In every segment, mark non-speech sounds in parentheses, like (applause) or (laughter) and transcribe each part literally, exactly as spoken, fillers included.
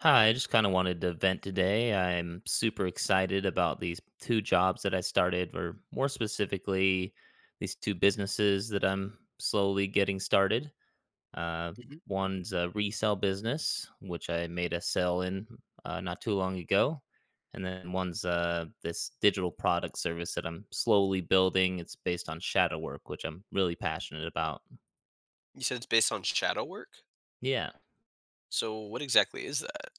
Hi, I just kind of wanted to vent today. I'm super excited about these two jobs that I started, or more specifically, these two businesses that I'm slowly getting started. Uh, Mhm. one's a resale business, which I made a sale in uh, not too long ago. And then one's uh, this digital product service that I'm slowly building. It's based on shadow work, which I'm really passionate about. You said it's based on shadow work? Yeah. So what exactly is that?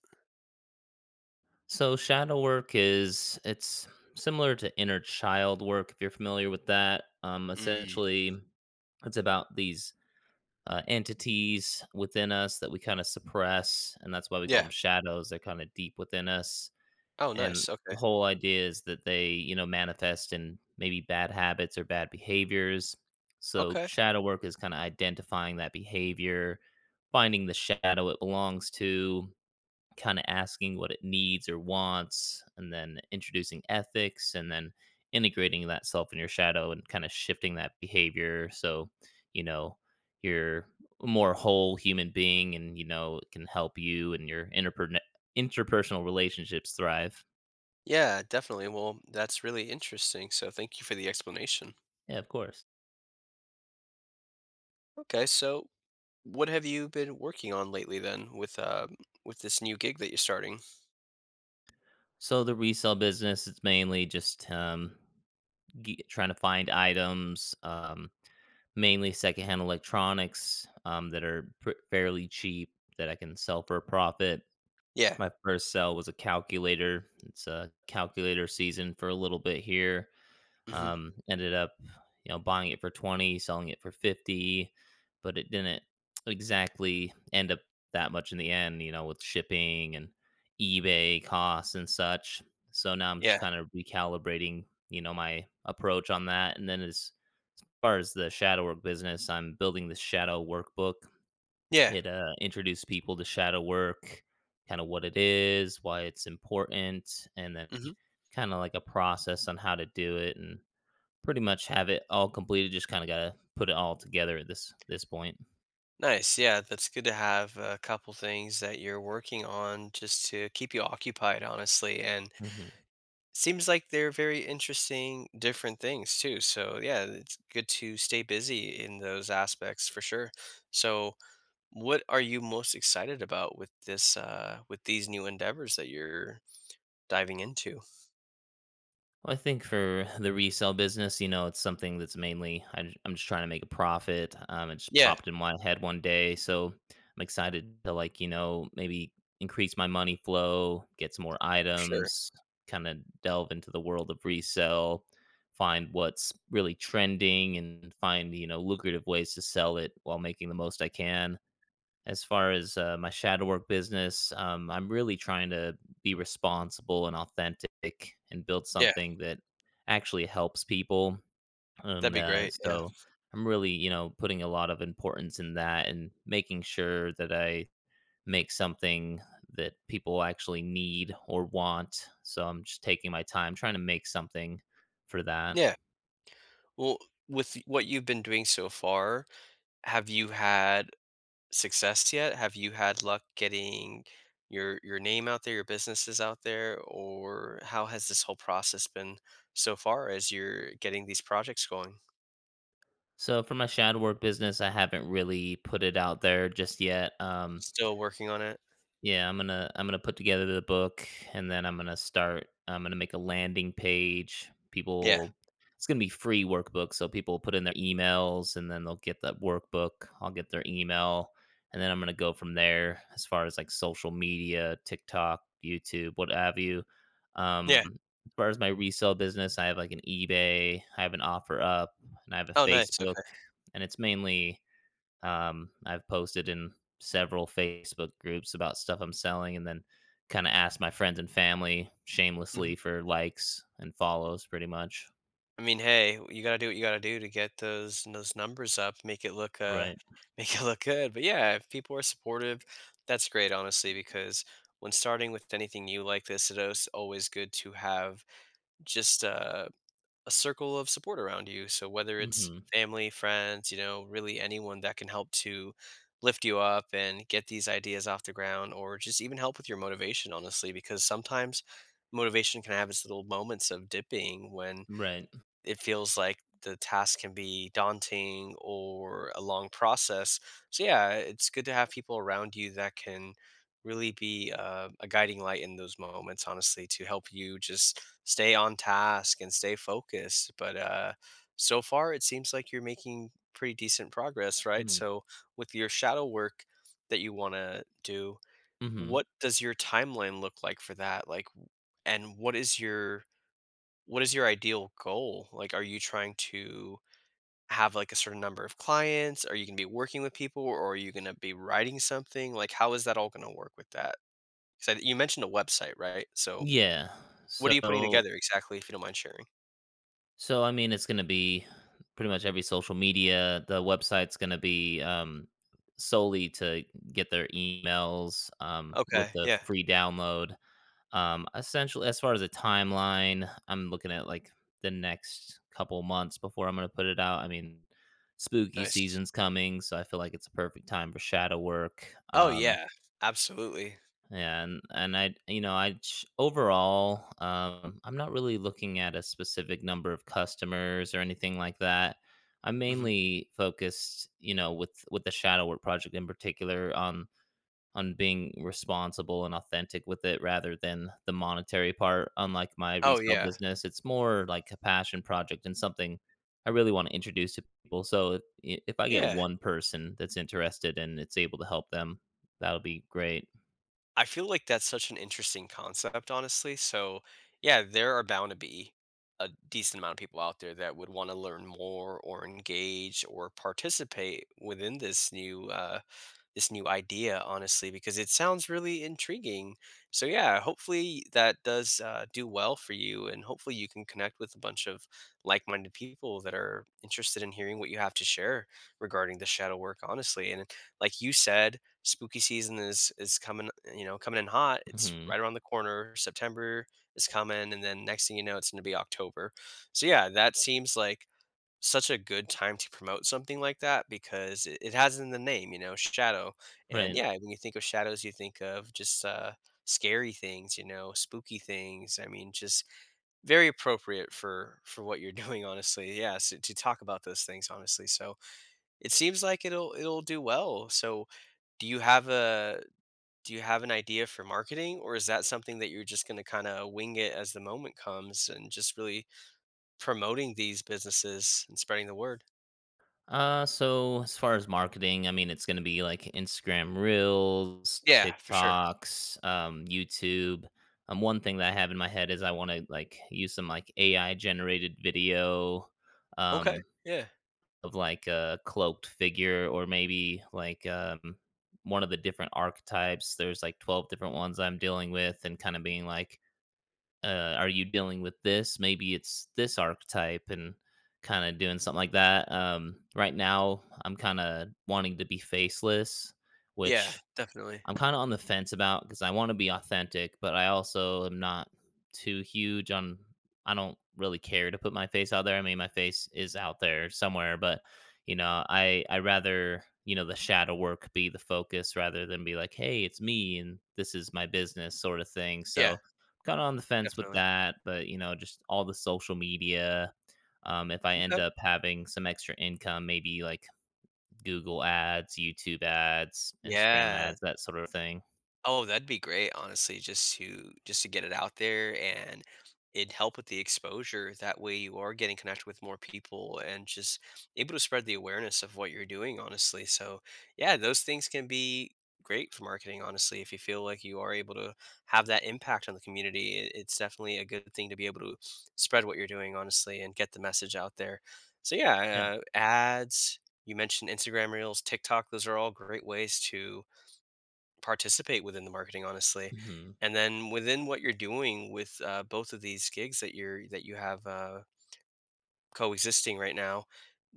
So shadow work is it's similar to inner child work if you're familiar with that. Um, Mm. Essentially, it's about these uh, entities within us that we kind of suppress, and that's why we call Yeah. them shadows. They're kind of deep within us, Oh, and nice. Okay. the whole idea is that they you know manifest in maybe bad habits or bad behaviors. So Okay. shadow work is kind of identifying that behavior, finding the shadow it belongs to, kind of asking what it needs or wants, and then introducing ethics, and then integrating that self in your shadow and kind of shifting that behavior. So, you know, you're a more whole human being and, you know, it can help you and your interper- interpersonal relationships thrive. Yeah, definitely. Well, that's really interesting. So thank you for the explanation. Yeah, of course. Okay, so what have you been working on lately then with uh with this new gig that you're starting? So the resale business, it's mainly just um, g- trying to find items. Um, Mainly secondhand electronics, um, that are pr fairly cheap that I can sell for a profit. Yeah. My first sell was a calculator. It's a calculator season for a little bit here. Hmm. Um, ended up, you know, buying it for twenty, selling it for fifty, but it didn't exactly end up that much in the end, you know, with shipping and eBay costs and such. So now I'm Yeah. just kind of recalibrating, you know, my approach on that. And then as far as the shadow work business, I'm building this shadow workbook. Yeah. It uh, introduced people to shadow work, kind of what it is, why it's important, and then Hmm. kind of like a process on how to do it, and pretty much have it all completed. Just kind of gotta put it all together at this this point. Nice. Yeah, that's good to have a couple things that you're working on just to keep you occupied, honestly, and Mhm. seems like they're very interesting, different things too. So yeah, it's good to stay busy in those aspects for sure. So what are you most excited about with this uh with these new endeavors that you're diving into? I think for the resale business, you know, it's something that's mainly I, ju- I'm just trying to make a profit. Um, it just Yeah, for popped in my head one day, so I'm excited to like you know maybe increase my money flow, get some more sure. items, kind of delve into the world of resale, find what's really trending, and find you know lucrative ways to sell it while making the most I can as far as uh, my shadow work business, um, I'm really trying to be responsible and authentic and build Yeah, something that actually helps people. that'd And be uh, great. Yeah. so I'm really, you know, putting a lot of importance in that and making sure that I make something that people actually need or want. So I'm just taking my time trying to make something for that. Yeah. Well, with what you've been doing so far, have you had success yet? Have you had luck getting your your name out there, your businesses out there, or how has this whole process been so far as you're getting these projects going? So for my shadow work business, I haven't really put it out there just yet. Um, Still working on it? Yeah, I'm gonna I'm gonna put together the book and then I'm gonna start I'm gonna make a landing page. Yeah. People it's gonna be free workbook, so people put in their emails and then they'll get that workbook. I'll get their email and then I'm gonna go from there as far as like social media, TikTok, YouTube, what have you. Yeah. Um as far as my resale business, I have like an eBay, I have an offer up and I have a Oh, nice. Facebook, Okay. and it's mainly um, I've posted in several Facebook groups about stuff I'm selling and then kind of asked my friends and family Mhm. shamelessly for likes and follows pretty much. I mean, hey, you gotta do what you gotta do to get those those numbers up, make it look uh Right. (laughs) make it look good. But yeah, if people are supportive, that's great, honestly, because when starting with anything new like this, it is always good to have just uh a circle of support around you. So whether it's Mhm. family, friends, you know, really anyone that can help to lift you up and get these ideas off the ground or just even help with your motivation, honestly, because sometimes motivation can have its little moments of dipping when Right. it feels like the task can be daunting or a long process. So yeah, it's good to have people around you that can really be uh, a guiding light in those moments, honestly, to help you just stay on task and stay focused. But uh, so far, it seems like you're making pretty decent progress, right? Mm. So with your shadow work that you want to do, Mhm. what does your timeline look like for that? Like, and what is your what is your ideal goal? Like, are you trying to have like a certain number of clients? Are you going to be working with people, or are you going to be writing something? Like, how is that all going to work with that? Because you mentioned a website, right? So, Yeah. what are you putting So together exactly, if you don't mind sharing? so I mean it's going to be pretty much every social media. The website's going to be um solely to get their emails um with Okay. the Yeah. free download. Um, essentially, as far as a timeline, I'm looking at like the next couple months before I'm going to put it out. I mean, spooky Nice. season's coming, so I feel like it's a perfect time for shadow work. Oh, Um, yeah. Absolutely. and and I, you know, I ch- overall, um, I'm not really looking at a specific number of customers or anything like that. I'm Hmm. mainly focused, you know, with with the shadow work project in particular on on being responsible and authentic with it rather than the monetary part. Unlike my Oh, resale yeah. business, it's more like a passion project and something I really want to introduce to people. So if, i- if I get Yeah. one person that's interested and it's able to help them, that'll be great. I feel like that's such an interesting concept, honestly. So, yeah, there are bound to be a decent amount of people out there that would want to learn more or engage or participate within this new uh, this new idea, honestly, because it sounds really intriguing. So yeah, hopefully that does uh, do well for you, and hopefully you can connect with a bunch of like-minded people that are interested in hearing what you have to share regarding the shadow work, honestly. And like you said, spooky season is is coming, you know, coming in hot. It's Hmm. right around the corner. September is coming, and then next thing you know, it's going to be October. So yeah, that seems like such a good time to promote something like that because it, it has in the name, you know, shadow. And Right. yeah, when you think of shadows, you think of just uh, scary things, you know, spooky things. I mean, just very appropriate for for what you're (laughs) doing, honestly. Yeah, so, to talk about those things, honestly. So it seems like it'll it'll do well. So do you have a do you have an idea for marketing, or is that something that you're just going to kind of wing it as the moment comes and just really promoting these businesses and spreading the word? Uh, so as far as marketing, I mean, it's going to be like Instagram Reels, Yeah, for sure. TikToks, um, YouTube. Um, one thing that I have in my head is I want to like use some like A I generated video, Okay. um, Yeah. of like a cloaked figure or maybe like um one of the different archetypes. There's like twelve different ones I'm dealing with, and kind of being like, uh, are you dealing with this? Maybe it's this archetype and kind of doing something like that. Um, right now, I'm kind of wanting to be faceless, Yeah, which definitely. I'm kind of on the fence about because I want to be authentic, but I also am not too huge on. I don't really care to put my face out there. I mean, my face is out there somewhere, but you know, I I rather you know the shadow work be the focus rather than be like, hey, it's me and this is my business sort of thing. Yeah, So kind of on the fence with definitely. that, but you know, just all the social media. Um, if I end Okay. up having some extra income, maybe like Google ads, YouTube ads, Instagram Yeah. ads, that sort of thing. Oh, that'd be great, honestly, just to just to get it out there, and it'd help with the exposure. That way you are getting connected with more people and just able to spread the awareness of what you're doing, honestly. So yeah, those things can be great for marketing, honestly. If you feel like you are able to have that impact on the community, it- it's definitely a good thing to be able to spread what you're doing, honestly, and get the message out there. So Yeah. yeah, uh, ads, you mentioned Instagram Reels, TikTok, those are all great ways to participate within the marketing, honestly, Mhm. and then within what you're doing with uh, both of these gigs that you're that you have uh, coexisting right now.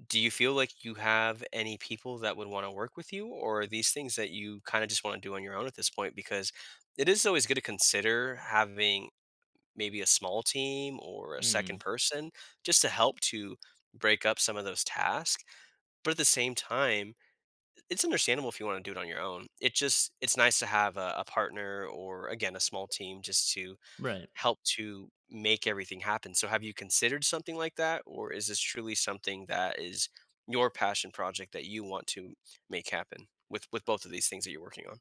Do you feel like you have any people that would want to work with you, or are these things that you kind of just want to do on your own at this point? Because it is always good to consider having maybe a small team or a second Mm. person just to help to break up some of those tasks, but at the same time, it's understandable if you wanna do it on your own. It just it's nice to have a a partner or, again, a small team just to Right. help to make everything happen. So have you considered something like that, or is this truly something that is your passion project that you want to make happen with with both of these things that you're working on?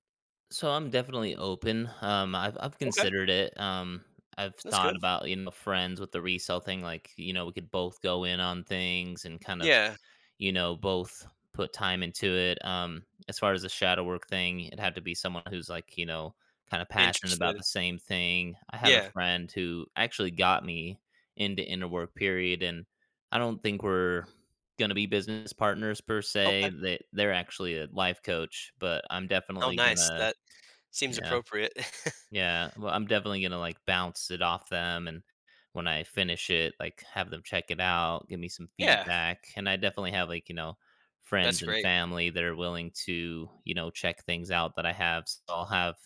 So I'm definitely open. Um, I've I've Okay, considered it. Um, I've that's thought good. about you know friends with the resale thing. Like you know we could both go in on things and kind of Yeah, you know, both put time into it. Um, as far as the shadow work thing, it'd have to be someone who's like, you know, kind of passionate about the interested. same thing. I have a Yeah, friend who actually got me into inner work period, and I don't think we're going to be business partners per se. okay. They they're actually a life coach, but I'm Oh, definitely nice. gonna That seems yeah. appropriate. (laughs) Yeah, well, I'm definitely gonna like bounce it off them, and when I finish it, like have them check it out, give me some Yeah, feedback, and I definitely have like you know that's friends and great, family that are willing to you know check things out that I have, so I'll have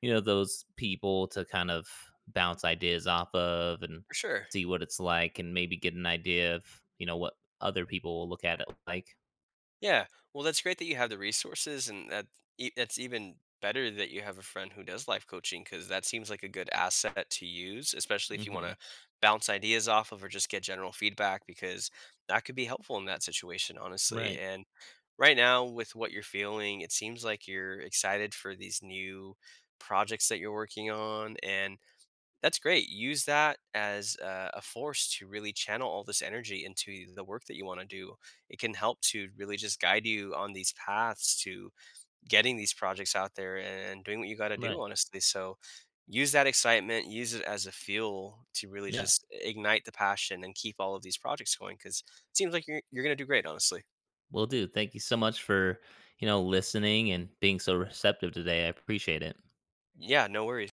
you know those people to kind of bounce ideas off of and for sure. see what it's like, and maybe get an idea of you know what other people will look at it like. Yeah. Well, that's great that you have the resources, and that e- that's even better that you have a friend who does life coaching, because that seems like a good asset to use, especially if you want to Hmm. bounce ideas off of or just get general feedback because that could be helpful in that situation, honestly. Right, And right now, with what you're feeling, it seems like you're excited for these new projects that you're working on, and that's great. Use that as a, a force to really channel all this energy into the work that you want to do. It can help to really just guide you on these paths to getting these projects out there and doing what you got to do, right, honestly. So use that excitement, use it as a fuel to really yeah. just ignite the passion and keep all of these projects going, because it seems like you're, you're going to do great, honestly. Will do. Thank you so much for, you know, listening and being so receptive today. I appreciate it. Yeah, no worries.